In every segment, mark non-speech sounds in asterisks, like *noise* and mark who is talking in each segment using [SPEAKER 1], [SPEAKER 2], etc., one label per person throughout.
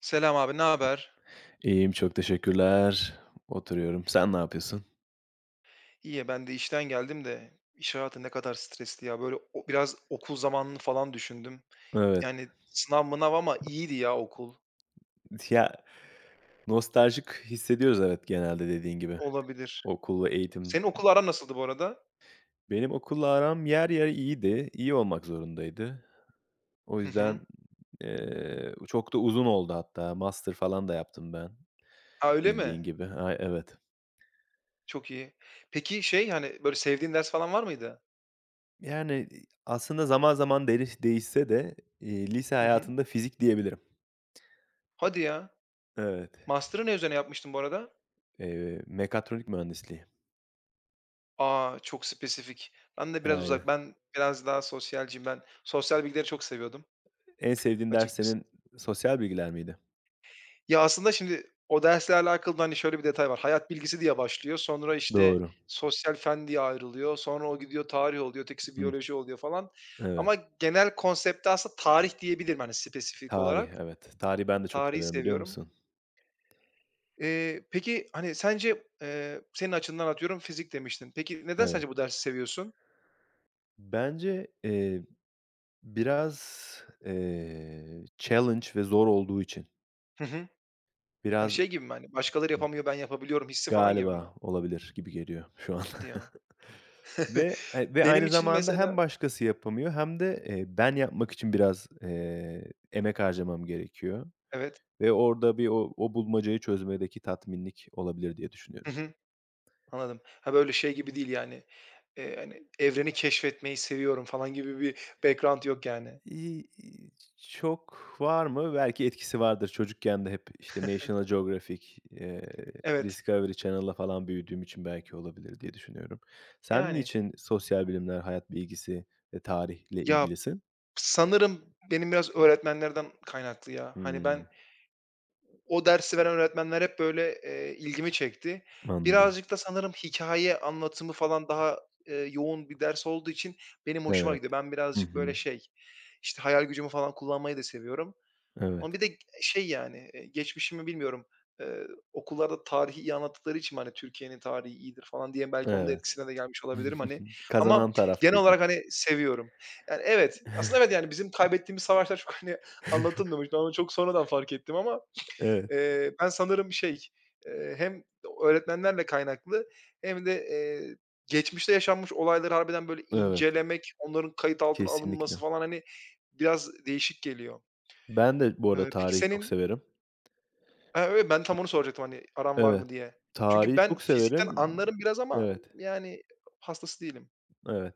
[SPEAKER 1] Selam abi, ne haber?
[SPEAKER 2] İyiyim, çok teşekkürler. Oturuyorum. Sen ne yapıyorsun?
[SPEAKER 1] İyi, ben de işten geldim de iş hayatı ne kadar stresli ya. Böyle biraz okul zamanını falan düşündüm.
[SPEAKER 2] Evet.
[SPEAKER 1] Yani sınav mınav ama iyiydi ya okul.
[SPEAKER 2] Ya, nostaljik hissediyoruz evet genelde dediğin gibi.
[SPEAKER 1] Olabilir.
[SPEAKER 2] Okul ve eğitim.
[SPEAKER 1] Senin okul aran nasıldı bu arada?
[SPEAKER 2] Benim okulla aram yer yer iyiydi. İyi olmak zorundaydı. O
[SPEAKER 1] Hı
[SPEAKER 2] yüzden,
[SPEAKER 1] hı.
[SPEAKER 2] çok da uzun oldu hatta. Master falan da yaptım ben
[SPEAKER 1] Ha öyle
[SPEAKER 2] bildiğin
[SPEAKER 1] mi?
[SPEAKER 2] gibi. Ay, evet.
[SPEAKER 1] Çok iyi. Peki şey hani böyle sevdiğin ders falan var mıydı?
[SPEAKER 2] Yani, aslında zaman zaman değişse de, lise
[SPEAKER 1] Hı hı.
[SPEAKER 2] hayatında fizik diyebilirim.
[SPEAKER 1] Hadi ya.
[SPEAKER 2] Evet.
[SPEAKER 1] Master'ı ne üzerine yapmıştın bu arada?
[SPEAKER 2] Mekatronik mühendisliği.
[SPEAKER 1] Aa çok spesifik. Ben de biraz
[SPEAKER 2] Aynen.
[SPEAKER 1] uzak. Ben biraz daha sosyalciyim. Ben sosyal bilgileri çok seviyordum
[SPEAKER 2] En sevdiğin ders
[SPEAKER 1] açıkçası.
[SPEAKER 2] senin sosyal bilgiler miydi?
[SPEAKER 1] Ya, aslında şimdi o dersle alakalı da, hani, şöyle bir detay var. Hayat bilgisi diye başlıyor. Sonra, işte,
[SPEAKER 2] Doğru.
[SPEAKER 1] sosyal fen diye ayrılıyor. Sonra o gidiyor tarih oluyor. Ötekisi
[SPEAKER 2] Hıh.
[SPEAKER 1] biyoloji oluyor falan.
[SPEAKER 2] Evet.
[SPEAKER 1] Ama genel konsepti aslında tarih diyebilirim, hani, spesifik
[SPEAKER 2] Tarih,
[SPEAKER 1] olarak.
[SPEAKER 2] evet. Tarihi ben de çok
[SPEAKER 1] Tarihi
[SPEAKER 2] severim biliyor
[SPEAKER 1] seviyorum.
[SPEAKER 2] musun?
[SPEAKER 1] Peki, hani, sence, senin açından atıyorum fizik demiştin. Peki neden
[SPEAKER 2] Evet.
[SPEAKER 1] sence bu dersi seviyorsun?
[SPEAKER 2] Bence, biraz, challenge ve zor olduğu için
[SPEAKER 1] Hı hı. Hani,
[SPEAKER 2] biraz
[SPEAKER 1] şey gibi mi, hani, başkaları yapamıyor ben yapabiliyorum hissi falan gibi mi?
[SPEAKER 2] galiba olabilir gibi geliyor şu an
[SPEAKER 1] Hadi ya.
[SPEAKER 2] *laughs*
[SPEAKER 1] *laughs*
[SPEAKER 2] ve
[SPEAKER 1] Benim
[SPEAKER 2] aynı
[SPEAKER 1] için
[SPEAKER 2] zamanda hem
[SPEAKER 1] mesela.
[SPEAKER 2] başkası yapamıyor hem de, ben yapmak için biraz, emek harcamam gerekiyor
[SPEAKER 1] Evet.
[SPEAKER 2] ve orada bir o bulmacayı çözmedeki tatminlik olabilir diye
[SPEAKER 1] Hı
[SPEAKER 2] düşünüyorum.
[SPEAKER 1] hı. Anladım. Ha, böyle şey gibi değil yani, hani, evreni keşfetmeyi seviyorum falan gibi bir background yok yani.
[SPEAKER 2] İii, iii, çok var mı? Belki etkisi vardır. Çocukken de hep, işte, National Geographic,
[SPEAKER 1] Evet,
[SPEAKER 2] Discovery Channel'la falan büyüdüğüm için belki olabilir diye düşünüyorum. Sen
[SPEAKER 1] yani.
[SPEAKER 2] niçin sosyal bilimler, hayat bilgisi ve tarihle
[SPEAKER 1] Ya,
[SPEAKER 2] ilgilisin?
[SPEAKER 1] sanırım benim biraz öğretmenlerden kaynaklı ya. Hani, ben
[SPEAKER 2] Hımm,
[SPEAKER 1] o dersi veren öğretmenler hep böyle, ilgimi çekti.
[SPEAKER 2] anladım.
[SPEAKER 1] Birazcık da sanırım hikaye anlatımı falan daha, yoğun bir ders olduğu için benim hoşuma
[SPEAKER 2] Evet.
[SPEAKER 1] gidiyor. Ben
[SPEAKER 2] Hı
[SPEAKER 1] birazcık böyle
[SPEAKER 2] hı.
[SPEAKER 1] şey, işte, hayal gücümü falan kullanmayı da seviyorum.
[SPEAKER 2] Evet,
[SPEAKER 1] Ama bir de şey, yani, geçmişimi bilmiyorum. Eee, okullarda tarihi iyi anlattıkları için hani, Türkiye'nin tarihi iyidir falan diye belki onun da
[SPEAKER 2] evet.
[SPEAKER 1] etkisine de gelmiş olabilirim, hani.
[SPEAKER 2] *laughs*
[SPEAKER 1] Ama
[SPEAKER 2] Kazanan
[SPEAKER 1] genel
[SPEAKER 2] taraftayız hep.
[SPEAKER 1] olarak, hani, seviyorum. Yani, evet, aslında evet, yani, bizim kaybettiğimiz savaşlar çok, *laughs* hani,
[SPEAKER 2] *laughs*
[SPEAKER 1] anlatılmamış. Ben onu çok sonradan fark ettim ama,
[SPEAKER 2] Evet,
[SPEAKER 1] ben sanırım şey, hem öğretmenlerle kaynaklı hem de, geçmişte yaşanmış olayları harbiden böyle
[SPEAKER 2] evet.
[SPEAKER 1] incelemek, onların kayıt altına alınması
[SPEAKER 2] Kesinlikle.
[SPEAKER 1] falan, hani, biraz değişik geliyor.
[SPEAKER 2] Ben de bu arada
[SPEAKER 1] Peki
[SPEAKER 2] tarihi çok
[SPEAKER 1] senin.
[SPEAKER 2] severim.
[SPEAKER 1] Ha, evet, ben tam onu soracaktım, hani, aran var
[SPEAKER 2] Evet.
[SPEAKER 1] mı diye. Çünkü
[SPEAKER 2] Tarihi
[SPEAKER 1] ben
[SPEAKER 2] çok
[SPEAKER 1] fizikten
[SPEAKER 2] severim.
[SPEAKER 1] anlarım biraz ama,
[SPEAKER 2] Evet.
[SPEAKER 1] yani, hastası değilim.
[SPEAKER 2] Evet.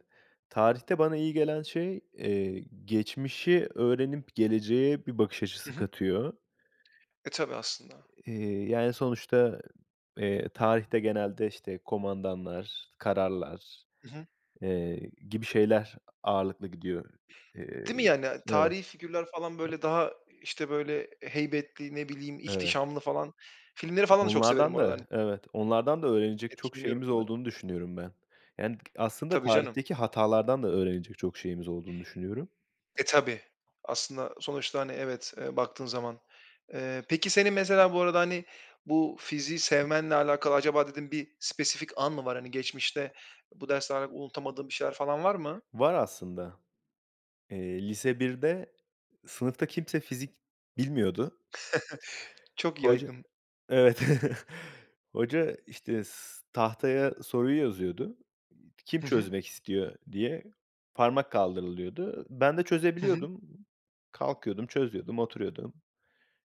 [SPEAKER 2] Tarihte bana iyi gelen şey, geçmişi öğrenip geleceğe bir bakış
[SPEAKER 1] Hı
[SPEAKER 2] açısı
[SPEAKER 1] hı.
[SPEAKER 2] katıyor.
[SPEAKER 1] E, tabii aslında.
[SPEAKER 2] Yani, sonuçta, tarihte genelde, işte, komandanlar, kararlar,
[SPEAKER 1] Hı hı.
[SPEAKER 2] eee, gibi şeyler ağırlıklı gidiyor. Eee
[SPEAKER 1] Değil mi, yani?
[SPEAKER 2] Evet,
[SPEAKER 1] Tarihi figürler falan, böyle, daha, işte, böyle, heybetli, ne bileyim,
[SPEAKER 2] evet.
[SPEAKER 1] ihtişamlı falan. Filmleri falan da çok severim
[SPEAKER 2] Onlardan da
[SPEAKER 1] oradan
[SPEAKER 2] Evet, onlardan da öğrenecek çok
[SPEAKER 1] etkileniyorum
[SPEAKER 2] şeyimiz
[SPEAKER 1] sanırım.
[SPEAKER 2] olduğunu düşünüyorum ben. Yani, aslında
[SPEAKER 1] Tabii canım.
[SPEAKER 2] tarihteki hatalardan da öğrenecek çok şeyimiz olduğunu düşünüyorum.
[SPEAKER 1] E, tabii. Aslında sonuçta, hani, evet, baktığın zaman. Peki senin mesela bu arada, hani, bu fiziği sevmenle alakalı acaba dedim bir spesifik an mı var? Hani, geçmişte bu dersle alakalı unutamadığın bir şeyler falan var mı?
[SPEAKER 2] Var aslında. Lise birde sınıfta kimse fizik bilmiyordu.
[SPEAKER 1] Çok
[SPEAKER 2] Hoca
[SPEAKER 1] yaygın.
[SPEAKER 2] Evet. *laughs* Hoca, işte, tahtaya soruyu yazıyordu. Kim
[SPEAKER 1] Hı hı.
[SPEAKER 2] çözmek istiyor diye parmak kaldırılıyordu. Ben de
[SPEAKER 1] Hı hı.
[SPEAKER 2] çözebiliyordum. Kalkıyordum, çözüyordum, oturuyordum.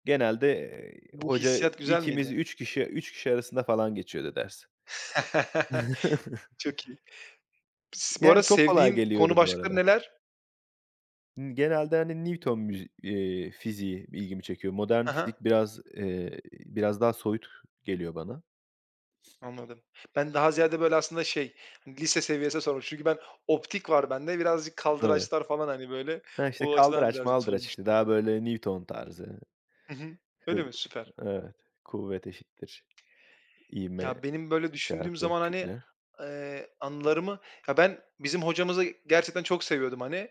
[SPEAKER 2] Genelde,
[SPEAKER 1] Bu
[SPEAKER 2] hoca
[SPEAKER 1] hissiyat güzel miydi?
[SPEAKER 2] ikimiz 3 kişi 3 kişi arasında falan geçiyordu ders.
[SPEAKER 1] *laughs*
[SPEAKER 2] *laughs*
[SPEAKER 1] Çok iyi. Bu
[SPEAKER 2] Yani
[SPEAKER 1] arada
[SPEAKER 2] çok kolay
[SPEAKER 1] sevdiğin konu
[SPEAKER 2] geliyordu bu
[SPEAKER 1] başlıkları
[SPEAKER 2] arada.
[SPEAKER 1] neler?
[SPEAKER 2] Genelde, hani, Newton müzi fiziği ilgimi çekiyor. Modern
[SPEAKER 1] Hı hı.
[SPEAKER 2] fizik biraz daha soyut geliyor bana.
[SPEAKER 1] Anladım. Ben daha ziyade, böyle, aslında şey, hani, lise seviyesinde sormuştum. Çünkü ben optik var bende. Birazcık
[SPEAKER 2] Evet.
[SPEAKER 1] kaldıraçlar falan, hani, böyle,
[SPEAKER 2] Ha, işte,
[SPEAKER 1] o açıdan
[SPEAKER 2] kaldıraç
[SPEAKER 1] birazcık
[SPEAKER 2] maldıraç, işte,
[SPEAKER 1] sormuştum.
[SPEAKER 2] daha böyle Newton tarzı.
[SPEAKER 1] Hı hı. Öyle
[SPEAKER 2] Hız
[SPEAKER 1] mi? Süper.
[SPEAKER 2] Evet. Kuvvet eşittir ivme
[SPEAKER 1] Ya, benim böyle düşündüğüm
[SPEAKER 2] çarpı
[SPEAKER 1] zaman, hani,
[SPEAKER 2] kütle.
[SPEAKER 1] anılarımı. Ya, ben bizim hocamızı gerçekten çok seviyordum, hani.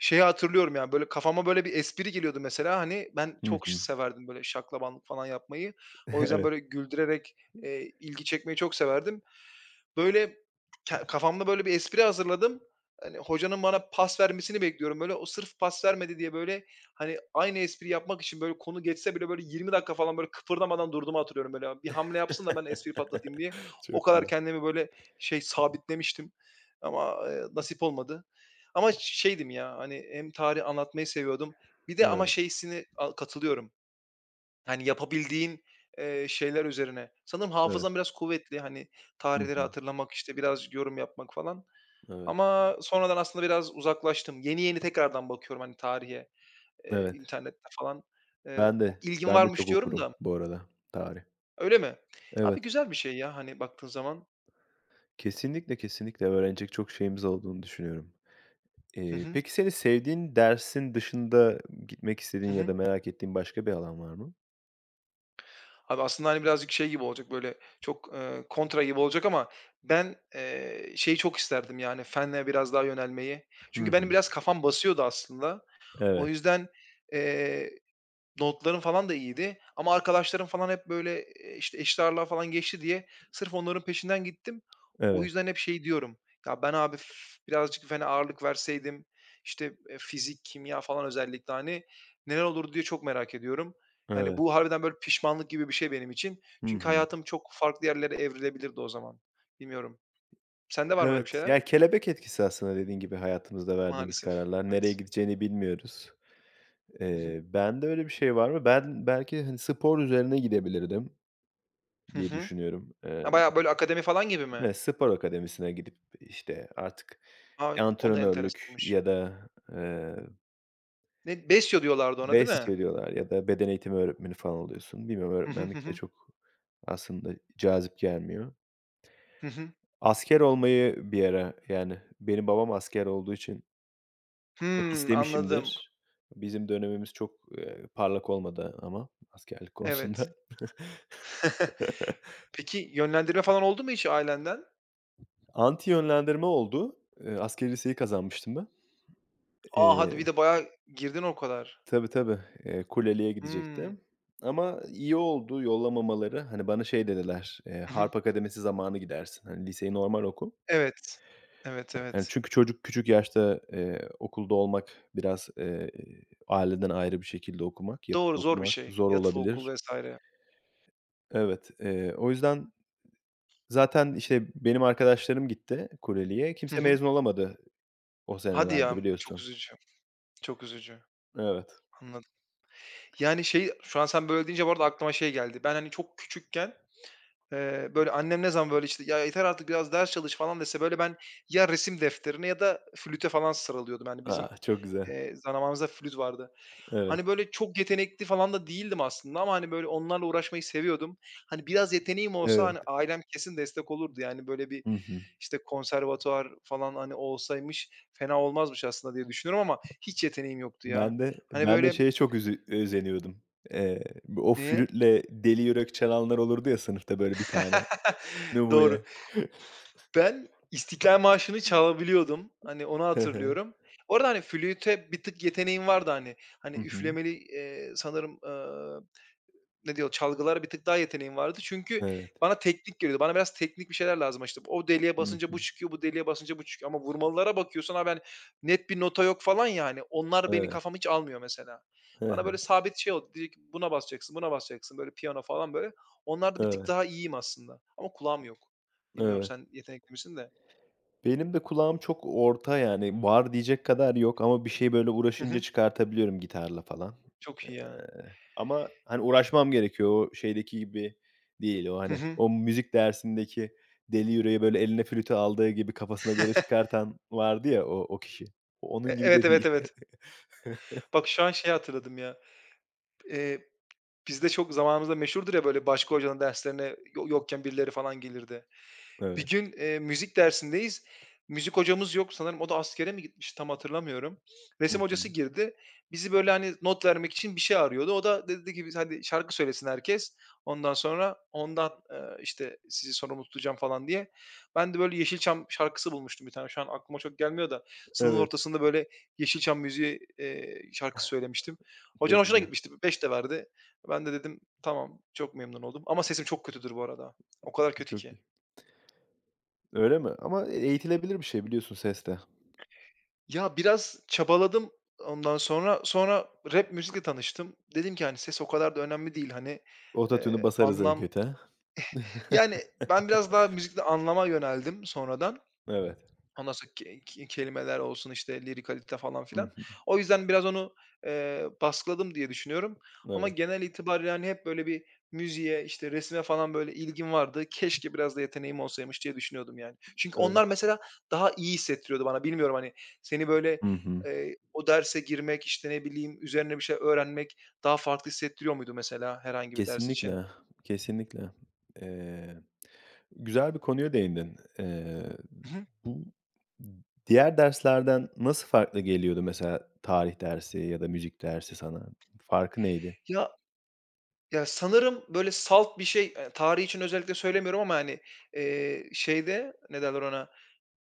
[SPEAKER 1] Şeyi hatırlıyorum yani böyle kafama böyle bir espri geliyordu mesela, hani, ben
[SPEAKER 2] Hı
[SPEAKER 1] çok
[SPEAKER 2] hı.
[SPEAKER 1] severdim böyle şaklabanlık falan yapmayı.
[SPEAKER 2] *laughs*
[SPEAKER 1] O yüzden
[SPEAKER 2] Evet.
[SPEAKER 1] böyle güldürerek, ilgi çekmeyi çok severdim. Böyle kafamda böyle bir espri hazırladım. Hani hocanın bana pas vermesini bekliyorum böyle. O sırf pas vermedi diye böyle, hani, aynı espriyi yapmak için böyle konu geçse bile böyle 20 dakika falan böyle kıpırdamadan durduğumu hatırlıyorum böyle. "Bir hamle yapsın da ben espriyi patlatayım." diye.
[SPEAKER 2] *laughs* Çok
[SPEAKER 1] O kadar
[SPEAKER 2] güzel.
[SPEAKER 1] kendimi böyle şey sabitlemiştim ama, nasip olmadı. Ama şeydim ya, hani, hem tarih anlatmayı seviyordum. Bir de ama
[SPEAKER 2] Evet,
[SPEAKER 1] şeysini katılıyorum. Yani, yapabildiğin, şeyler üzerine. Sanırım
[SPEAKER 2] evet.
[SPEAKER 1] hafızam biraz kuvvetli, hani,
[SPEAKER 2] Hı
[SPEAKER 1] tarihleri
[SPEAKER 2] hı.
[SPEAKER 1] hatırlamak, işte, biraz yorum yapmak falan
[SPEAKER 2] Evet,
[SPEAKER 1] ama sonradan aslında biraz uzaklaştım. Yeni yeni tekrardan bakıyorum, hani, tarihe,
[SPEAKER 2] evet.
[SPEAKER 1] internette falan. Eee,
[SPEAKER 2] Ben de,
[SPEAKER 1] ilgim
[SPEAKER 2] ben de çok
[SPEAKER 1] varmış diyorum
[SPEAKER 2] okurum
[SPEAKER 1] da.
[SPEAKER 2] bu arada tarih.
[SPEAKER 1] Öyle mi? Abi,
[SPEAKER 2] Evet.
[SPEAKER 1] güzel bir şey ya, hani, baktığın zaman.
[SPEAKER 2] Kesinlikle, kesinlikle öğrenecek çok şeyimiz olduğunu düşünüyorum.
[SPEAKER 1] Hı
[SPEAKER 2] Eee,
[SPEAKER 1] hı.
[SPEAKER 2] peki seni sevdiğin dersin dışında gitmek istediğin
[SPEAKER 1] Hı
[SPEAKER 2] ya da
[SPEAKER 1] hı.
[SPEAKER 2] merak ettiğin başka bir alan var mı?
[SPEAKER 1] Abi, aslında, hani, birazcık şey gibi olacak, böyle, çok, kontra gibi olacak ama ben, şeyi çok isterdim, yani, fene biraz daha yönelmeyi.
[SPEAKER 2] Hı
[SPEAKER 1] Çünkü benim
[SPEAKER 2] hı.
[SPEAKER 1] biraz kafam basıyordu aslında. O
[SPEAKER 2] Evet,
[SPEAKER 1] yüzden, eee Notlarım falan da iyiydi ama arkadaşlarım falan hep böyle, işte, eşit ağırlığa falan geçti diye sırf onların peşinden gittim. O
[SPEAKER 2] evet,
[SPEAKER 1] yüzden hep şey diyorum, ya, ben abi birazcık fen ağırlık verseydim, işte, fizik, kimya falan özellikle, hani, neler olurdu diye çok merak ediyorum. Yani,
[SPEAKER 2] evet.
[SPEAKER 1] bu harbiden böyle pişmanlık gibi bir şey benim için.
[SPEAKER 2] Hı
[SPEAKER 1] Çünkü
[SPEAKER 2] hı.
[SPEAKER 1] hayatım çok farklı yerlere evrilebilirdi o zaman. Bilmiyorum. Sende var mı öyle
[SPEAKER 2] Evet,
[SPEAKER 1] bir şeyler?
[SPEAKER 2] ya, kelebek etkisi aslında dediğin gibi hayatımızda verdiğimiz
[SPEAKER 1] Maalesef.
[SPEAKER 2] kararlar. Nereye
[SPEAKER 1] Evet.
[SPEAKER 2] gideceğini bilmiyoruz.
[SPEAKER 1] Hı hı.
[SPEAKER 2] Bende öyle bir şey var mı? Ben belki, hani, spor üzerine gidebilirdim
[SPEAKER 1] Hı
[SPEAKER 2] diye
[SPEAKER 1] hı.
[SPEAKER 2] düşünüyorum. Eee,
[SPEAKER 1] Ha, bayağı böyle akademi falan gibi mi?
[SPEAKER 2] evet, spor akademisine gidip, işte, artık
[SPEAKER 1] A, o da
[SPEAKER 2] antrenörlük
[SPEAKER 1] enteresanmış.
[SPEAKER 2] ya da, eee
[SPEAKER 1] Ne Besyo diyorlardı ona, değil
[SPEAKER 2] Besyo
[SPEAKER 1] mi?
[SPEAKER 2] söylüyorlar ya da beden eğitimi öğretmeni falan oluyorsun. Bilmiyorum,
[SPEAKER 1] Hı hı, hı
[SPEAKER 2] öğretmenlik de
[SPEAKER 1] hı.
[SPEAKER 2] çok aslında cazip gelmiyor.
[SPEAKER 1] Hı hı.
[SPEAKER 2] Asker olmayı bir ara, yani, benim babam asker olduğu için hep
[SPEAKER 1] Hımm, anladım.
[SPEAKER 2] istemişimdir. Bizim dönemimiz çok, parlak olmadı ama askerlik *laughs*
[SPEAKER 1] Evet.
[SPEAKER 2] konusunda.
[SPEAKER 1] *laughs* Peki yönlendirme falan oldu mu hiç ailenden?
[SPEAKER 2] Anti yönlendirme oldu. Askeri liseyi kazanmıştım ben.
[SPEAKER 1] A! Hadi bir
[SPEAKER 2] Eee
[SPEAKER 1] de bayağı girdin o kadar.
[SPEAKER 2] Tabii, tabii. Kuleli'ye
[SPEAKER 1] Hımm.
[SPEAKER 2] gidecektim ama iyi oldu yollamamaları. Hani, bana şey dediler,
[SPEAKER 1] Hı hı.
[SPEAKER 2] "Harp Akademisi zamanı gidersin. Hani, liseyi normal oku."
[SPEAKER 1] Evet. Evet,
[SPEAKER 2] Yani,
[SPEAKER 1] evet.
[SPEAKER 2] çünkü çocuk küçük yaşta, okulda olmak biraz, aileden ayrı bir şekilde okumak, yatıp
[SPEAKER 1] Doğru, zor bir
[SPEAKER 2] okumak
[SPEAKER 1] şey.
[SPEAKER 2] zor
[SPEAKER 1] Yatılı okul
[SPEAKER 2] olabilir.
[SPEAKER 1] vs.
[SPEAKER 2] Evet, o yüzden zaten, işte, benim arkadaşlarım gitti Kureli'ye.
[SPEAKER 1] Hı
[SPEAKER 2] Kimse
[SPEAKER 1] hı.
[SPEAKER 2] mezun olamadı o
[SPEAKER 1] Hadi ya,
[SPEAKER 2] senelerde
[SPEAKER 1] çok
[SPEAKER 2] biliyorsun.
[SPEAKER 1] üzücü, çok üzücü.
[SPEAKER 2] Evet.
[SPEAKER 1] Anladım. Yani, şey, şu an sen böyle deyince bu arada aklıma şey geldi. Ben, hani, çok küçükken. Böyle, annem ne zaman, böyle, işte, "Ya, yeter artık biraz ders çalış." falan dese, böyle, ben ya resim defterine ya da flüte falan sarılıyordum. Hani, bizim,
[SPEAKER 2] A! Çok güzel.
[SPEAKER 1] zamanımızda flüt vardı.
[SPEAKER 2] Evet.
[SPEAKER 1] Hani, böyle, çok yetenekli falan da değildim aslında ama, hani, böyle, onlarla uğraşmayı seviyordum. Hani, biraz yeteneğim olsa,
[SPEAKER 2] Evet.
[SPEAKER 1] hani, ailem kesin destek olurdu. Yani, böyle, bir,
[SPEAKER 2] Hı hı.
[SPEAKER 1] işte, konservatuvar falan, hani, olsaymış fena olmazmış aslında diye düşünüyorum ama hiç yeteneğim yoktu ya.
[SPEAKER 2] Ben de
[SPEAKER 1] Hani,
[SPEAKER 2] ben de
[SPEAKER 1] böyle.
[SPEAKER 2] şeye çok özeniyordum. Bu o
[SPEAKER 1] Niye?
[SPEAKER 2] flütle Deli Yürek çalanlar olurdu ya sınıfta böyle bir tane
[SPEAKER 1] *laughs* Doğru.
[SPEAKER 2] numune.
[SPEAKER 1] Ben istiklal marşını çalabiliyordum. Hani onu
[SPEAKER 2] Hı hı.
[SPEAKER 1] hatırlıyorum. Orada, hani, flüte bir tık yeteneğim vardı, hani. Hani,
[SPEAKER 2] Hı hı.
[SPEAKER 1] üflemeli, sanırım, ne diyor, çalgılara bir tık daha yeteneğim vardı. Çünkü
[SPEAKER 2] Evet.
[SPEAKER 1] bana teknik geliyordu. Bana biraz teknik bir şeyler lazım, işte. O deliğe
[SPEAKER 2] Hı
[SPEAKER 1] basınca
[SPEAKER 2] hı.
[SPEAKER 1] bu çıkıyor, bu deliğe basınca bu çıkıyor. Ama vurmalılara bakıyorsun abi, hani, net bir nota yok falan ya, hani. Onlar beni
[SPEAKER 2] Evet.
[SPEAKER 1] kafam hiç almıyor mesela.
[SPEAKER 2] Hı hı.
[SPEAKER 1] Bana böyle sabit şey oldu. Dedi ki, "Buna basacaksın, buna basacaksın." Böyle piyano falan böyle. Onlarda bir tık
[SPEAKER 2] Evet.
[SPEAKER 1] daha iyiyim aslında ama kulağım yok. Bilmiyorum
[SPEAKER 2] Evet.
[SPEAKER 1] sen yetenekli misin de.
[SPEAKER 2] Benim de kulağım çok orta yani var diyecek kadar yok ama bir şey böyle
[SPEAKER 1] Hı
[SPEAKER 2] uğraşınca
[SPEAKER 1] hı.
[SPEAKER 2] çıkartabiliyorum gitarla falan.
[SPEAKER 1] Çok iyi ya.
[SPEAKER 2] Ama, hani, uğraşmam gerekiyor. O şeydeki gibi değil o,
[SPEAKER 1] Hı
[SPEAKER 2] hani,
[SPEAKER 1] hı.
[SPEAKER 2] o müzik dersindeki deli yüreği böyle eline flütü aldığı gibi kafasına göre
[SPEAKER 1] *laughs*
[SPEAKER 2] çıkartan vardı ya o kişi. Onun gibi
[SPEAKER 1] Evet,
[SPEAKER 2] de değil.
[SPEAKER 1] evet, evet.
[SPEAKER 2] *laughs*
[SPEAKER 1] Bak şu an şey hatırladım ya. Eee, bizde çok zamanımızda meşhurdur ya böyle başka hocanın derslerine yokken birileri falan gelirdi. Bir
[SPEAKER 2] Evet.
[SPEAKER 1] gün, müzik dersindeyiz. Müzik hocamız yok. Sanırım o da askere mi gitmiş tam hatırlamıyorum.
[SPEAKER 2] Hı
[SPEAKER 1] Resim hocası
[SPEAKER 2] hı.
[SPEAKER 1] girdi. Bizi, böyle, hani, not vermek için bir şey arıyordu. O da dedi ki, biz hadi şarkı söylesin herkes. Ondan sonra ondan, işte, sizi sorumlu tutacağım falan diye. Ben de, böyle, Yeşilçam şarkısı bulmuştum bir tane. Şu an aklıma çok gelmiyor da sınıfın
[SPEAKER 2] Evet,
[SPEAKER 1] ortasında, böyle, Yeşilçam müziği, şarkısı söylemiştim. Hocanın
[SPEAKER 2] çok
[SPEAKER 1] hoşuna
[SPEAKER 2] güzel.
[SPEAKER 1] gitmişti. Beş de verdi. Ben de dedim, "Tamam." Çok memnun oldum ama sesim çok kötüdür bu arada. O kadar kötü
[SPEAKER 2] Çok
[SPEAKER 1] ki.
[SPEAKER 2] iyi. Öyle mi? Ama eğitilebilir bir şey biliyorsun ses de.
[SPEAKER 1] Ya, biraz çabaladım ondan sonra. Sonra rap müzikle tanıştım. Dedim ki, hani, ses o kadar da önemli değil, hani,
[SPEAKER 2] Ototune'u basarız en
[SPEAKER 1] anlam.
[SPEAKER 2] kötü ha?
[SPEAKER 1] Yani ben biraz daha müzikte anlama yöneldim sonradan.
[SPEAKER 2] Evet.
[SPEAKER 1] Ondan sonra ke ke kelimeler olsun, işte, lirikalite falan
[SPEAKER 2] Hı
[SPEAKER 1] filan.
[SPEAKER 2] hı.
[SPEAKER 1] O yüzden biraz onu, baskıladım diye düşünüyorum ama
[SPEAKER 2] Evet,
[SPEAKER 1] genel itibariyle, hani, hep böyle bir müziğe, işte, resme falan böyle ilgim vardı. Keşke biraz da yeteneğim olsaymış diye düşünüyordum yani. Çünkü
[SPEAKER 2] evet.
[SPEAKER 1] onlar mesela daha iyi hissettiriyordu bana. Bilmiyorum, hani, seni böyle,
[SPEAKER 2] Hı hı.
[SPEAKER 1] o derse girmek, işte, ne bileyim, üzerine bir şey öğrenmek daha farklı hissettiriyor muydu mesela herhangi bir ders için?
[SPEAKER 2] Kesinlikle, kesinlikle. Eee, güzel bir konuya değindin. Eee,
[SPEAKER 1] Hı hı.
[SPEAKER 2] bu diğer derslerden nasıl farklı geliyordu mesela tarih dersi ya da müzik dersi sana? Farkı neydi?
[SPEAKER 1] Ya Ya, sanırım, böyle, salt bir şey, tarih için özellikle söylemiyorum ama, hani, şeyde, ne derler ona,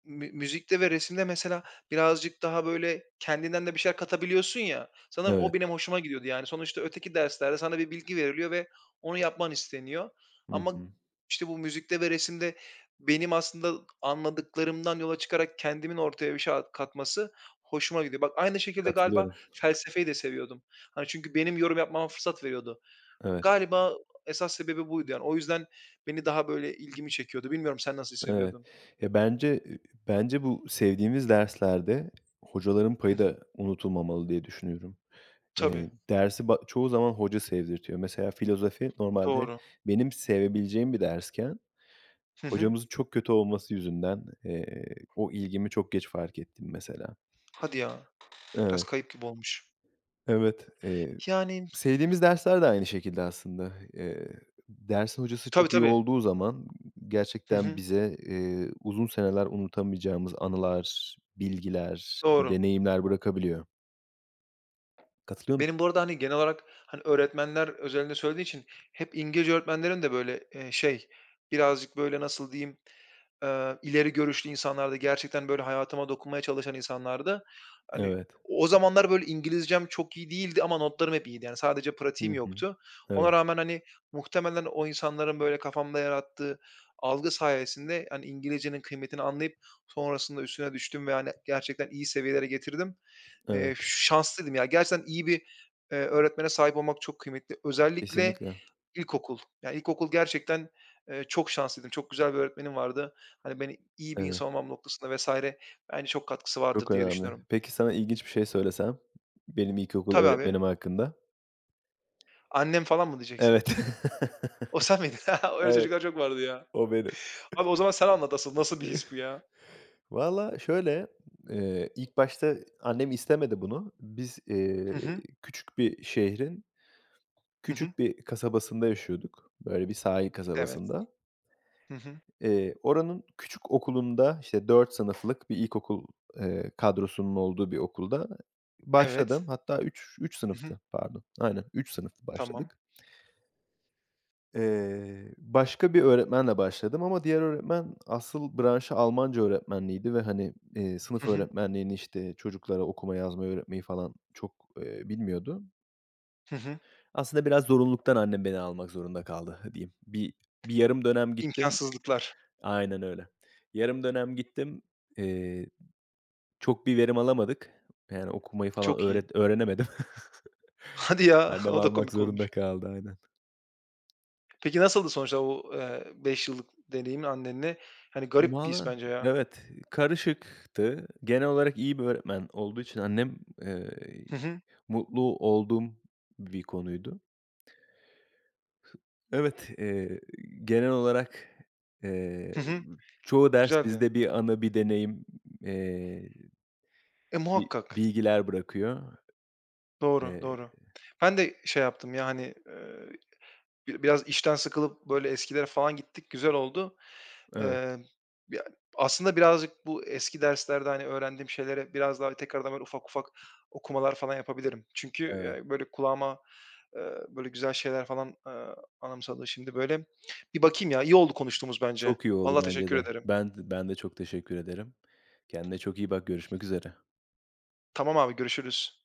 [SPEAKER 1] müzikte ve resimde mesela birazcık daha, böyle, kendinden de bir şeyler katabiliyorsun ya, sanırım o
[SPEAKER 2] Evet.
[SPEAKER 1] benim hoşuma gidiyordu. Yani, sonuçta öteki derslerde sana bir bilgi veriliyor ve onu yapman isteniyor.
[SPEAKER 2] Hı
[SPEAKER 1] Ama,
[SPEAKER 2] hı.
[SPEAKER 1] işte, bu müzikte ve resimde benim aslında anladıklarımdan yola çıkarak kendimin ortaya bir şey katması hoşuma gidiyor. Bak, aynı şekilde galiba
[SPEAKER 2] Katılıyorum.
[SPEAKER 1] felsefeyi de seviyordum. Hani, çünkü benim yorum yapmama fırsat veriyordu.
[SPEAKER 2] Evet,
[SPEAKER 1] Galiba esas sebebi buydu yani. O yüzden beni daha böyle ilgimi çekiyordu. Bilmiyorum sen nasıl
[SPEAKER 2] evet.
[SPEAKER 1] hissediyordun?
[SPEAKER 2] Ya, bence bu sevdiğimiz derslerde hocaların
[SPEAKER 1] Hı
[SPEAKER 2] payı
[SPEAKER 1] hı.
[SPEAKER 2] da unutulmamalı diye düşünüyorum.
[SPEAKER 1] Tabii,
[SPEAKER 2] Dersi çoğu zaman hoca sevdirtiyor. Mesela filozofi normalde
[SPEAKER 1] doğru.
[SPEAKER 2] benim sevebileceğim bir dersken
[SPEAKER 1] Hı hı.
[SPEAKER 2] hocamızın çok kötü olması yüzünden, o ilgimi çok geç fark ettim mesela.
[SPEAKER 1] Hadi ya, biraz
[SPEAKER 2] Evet,
[SPEAKER 1] kayıp gibi olmuş.
[SPEAKER 2] evet. Eee,
[SPEAKER 1] Yani.
[SPEAKER 2] sevdiğimiz dersler de aynı şekilde aslında. Dersin hocası
[SPEAKER 1] Tabii,
[SPEAKER 2] çok iyi
[SPEAKER 1] tabii.
[SPEAKER 2] olduğu zaman
[SPEAKER 1] Hı
[SPEAKER 2] gerçekten
[SPEAKER 1] hı.
[SPEAKER 2] bize, uzun seneler unutamayacağımız anılar, bilgiler,
[SPEAKER 1] Doğru.
[SPEAKER 2] deneyimler bırakabiliyor. Katılıyor musun?
[SPEAKER 1] Benim bu arada, hani, genel olarak, hani, öğretmenler özelinde söylediğin için hep İngilizce öğretmenlerin de böyle, şey, birazcık böyle nasıl diyeyim. İleri görüşlü insanlardı, gerçekten, böyle, hayatıma dokunmaya çalışan insanlardı. Hani,
[SPEAKER 2] Evet.
[SPEAKER 1] o zamanlar, böyle, İngilizcem çok iyi değildi ama notlarım hep iyiydi. Yani, sadece
[SPEAKER 2] Hı
[SPEAKER 1] pratiğim
[SPEAKER 2] hı.
[SPEAKER 1] yoktu. Ona
[SPEAKER 2] Evet,
[SPEAKER 1] rağmen, hani, muhtemelen o insanların, böyle, kafamda yarattığı algı sayesinde, hani, İngilizcenin kıymetini anlayıp sonrasında üstüne düştüm ve, hani, gerçekten iyi seviyelere getirdim.
[SPEAKER 2] evet.
[SPEAKER 1] Şanslıydım ya. Gerçekten iyi bir, öğretmene sahip olmak çok kıymetli. Özellikle
[SPEAKER 2] Kesinlikle.
[SPEAKER 1] İlkokul. Ya, ilkokul gerçekten, çok şanslıydım. Çok güzel bir öğretmenim vardı. Hani, beni iyi bir
[SPEAKER 2] Evet,
[SPEAKER 1] insan olmam noktasında vs. bence çok katkısı
[SPEAKER 2] çok
[SPEAKER 1] vardır diye
[SPEAKER 2] önemli.
[SPEAKER 1] düşünüyorum.
[SPEAKER 2] Peki sana ilginç bir şey söylesem benim ilkokul
[SPEAKER 1] Tabii abi.
[SPEAKER 2] öğretmenim hakkında?
[SPEAKER 1] Annem falan mı diyeceksin?
[SPEAKER 2] Evet. *laughs*
[SPEAKER 1] O sen miydin? *laughs* Öyle
[SPEAKER 2] Evet,
[SPEAKER 1] çocuklar çok vardı ya.
[SPEAKER 2] o benim.
[SPEAKER 1] Abi o zaman sen anlat asıl. Nasıl bir his bu ya?
[SPEAKER 2] Valla şöyle, ilk başta annem istemedi bunu. Biz,
[SPEAKER 1] Hı hı.
[SPEAKER 2] küçük bir şehrin
[SPEAKER 1] Hı hı.
[SPEAKER 2] küçük bir kasabasında yaşıyorduk. Böyle bir sahil
[SPEAKER 1] Evet.
[SPEAKER 2] kasabasında.
[SPEAKER 1] Hı hı.
[SPEAKER 2] Oranın küçük okulunda, işte, 4 sınıflık bir ilkokul, kadrosunun olduğu bir okulda başladım.
[SPEAKER 1] Evet.
[SPEAKER 2] Hatta üç
[SPEAKER 1] Hı hı.
[SPEAKER 2] sınıftı, pardon. Aynen, 3 sınıftı
[SPEAKER 1] Tamam.
[SPEAKER 2] başladık. Başka bir öğretmenle başladım ama diğer öğretmen asıl branşı Almanca öğretmenliğiydi ve, hani, sınıf
[SPEAKER 1] Hı hı.
[SPEAKER 2] öğretmenliğini, işte, çocuklara okuma yazmayı öğretmeyi falan çok, bilmiyordu.
[SPEAKER 1] Hı hı.
[SPEAKER 2] Aslında biraz zorunluluktan annem beni almak zorunda kaldı diyeyim. Bir yarım dönem gittim.
[SPEAKER 1] İmkânsızlıklar.
[SPEAKER 2] Aynen öyle. Yarım dönem gittim. Eee, çok bir verim alamadık. Yani okumayı falan
[SPEAKER 1] Çok iyi. *laughs*
[SPEAKER 2] öğrenemedim.
[SPEAKER 1] Hadi
[SPEAKER 2] *laughs*
[SPEAKER 1] ya,
[SPEAKER 2] Annem
[SPEAKER 1] o da
[SPEAKER 2] almak
[SPEAKER 1] komik
[SPEAKER 2] zorunda
[SPEAKER 1] olmuş.
[SPEAKER 2] kaldı aynen.
[SPEAKER 1] Peki nasıldı sonuçta o, 5 yıllık deneyimin annenle? Hani, garip bir his
[SPEAKER 2] Valla
[SPEAKER 1] bence ya.
[SPEAKER 2] evet, karışıktı. Genel olarak iyi bir öğretmen olduğu için annem, eee,
[SPEAKER 1] Hı hı.
[SPEAKER 2] mutlu olduğum bir konuydu. Evet, genel olarak, eee,
[SPEAKER 1] Hı hı.
[SPEAKER 2] çoğu ders
[SPEAKER 1] Güzeldi.
[SPEAKER 2] bizde bir anı, bir deneyim, eee,
[SPEAKER 1] E, muhakkak.
[SPEAKER 2] bilgiler bırakıyor.
[SPEAKER 1] Doğru,
[SPEAKER 2] Eee,
[SPEAKER 1] doğru. Ben de şey yaptım ya, hani, biraz işten sıkılıp böyle eskilere falan gittik, güzel oldu.
[SPEAKER 2] evet,
[SPEAKER 1] Eee, ya, aslında birazcık bu eski derslerde, hani, öğrendiğim şeylere biraz daha tekrardan böyle ufak ufak okumalar falan yapabilirim. Çünkü,
[SPEAKER 2] evet.
[SPEAKER 1] böyle kulağıma, böyle güzel şeyler falan, anımsadı şimdi böyle. Bir bakayım ya, iyi oldu konuştuğumuz bence.
[SPEAKER 2] Çok iyi oldu
[SPEAKER 1] Vallahi
[SPEAKER 2] bence
[SPEAKER 1] teşekkür
[SPEAKER 2] de.
[SPEAKER 1] ederim.
[SPEAKER 2] Ben de çok teşekkür ederim. Kendine çok iyi bak. Görüşmek üzere.
[SPEAKER 1] Tamam abi, görüşürüz.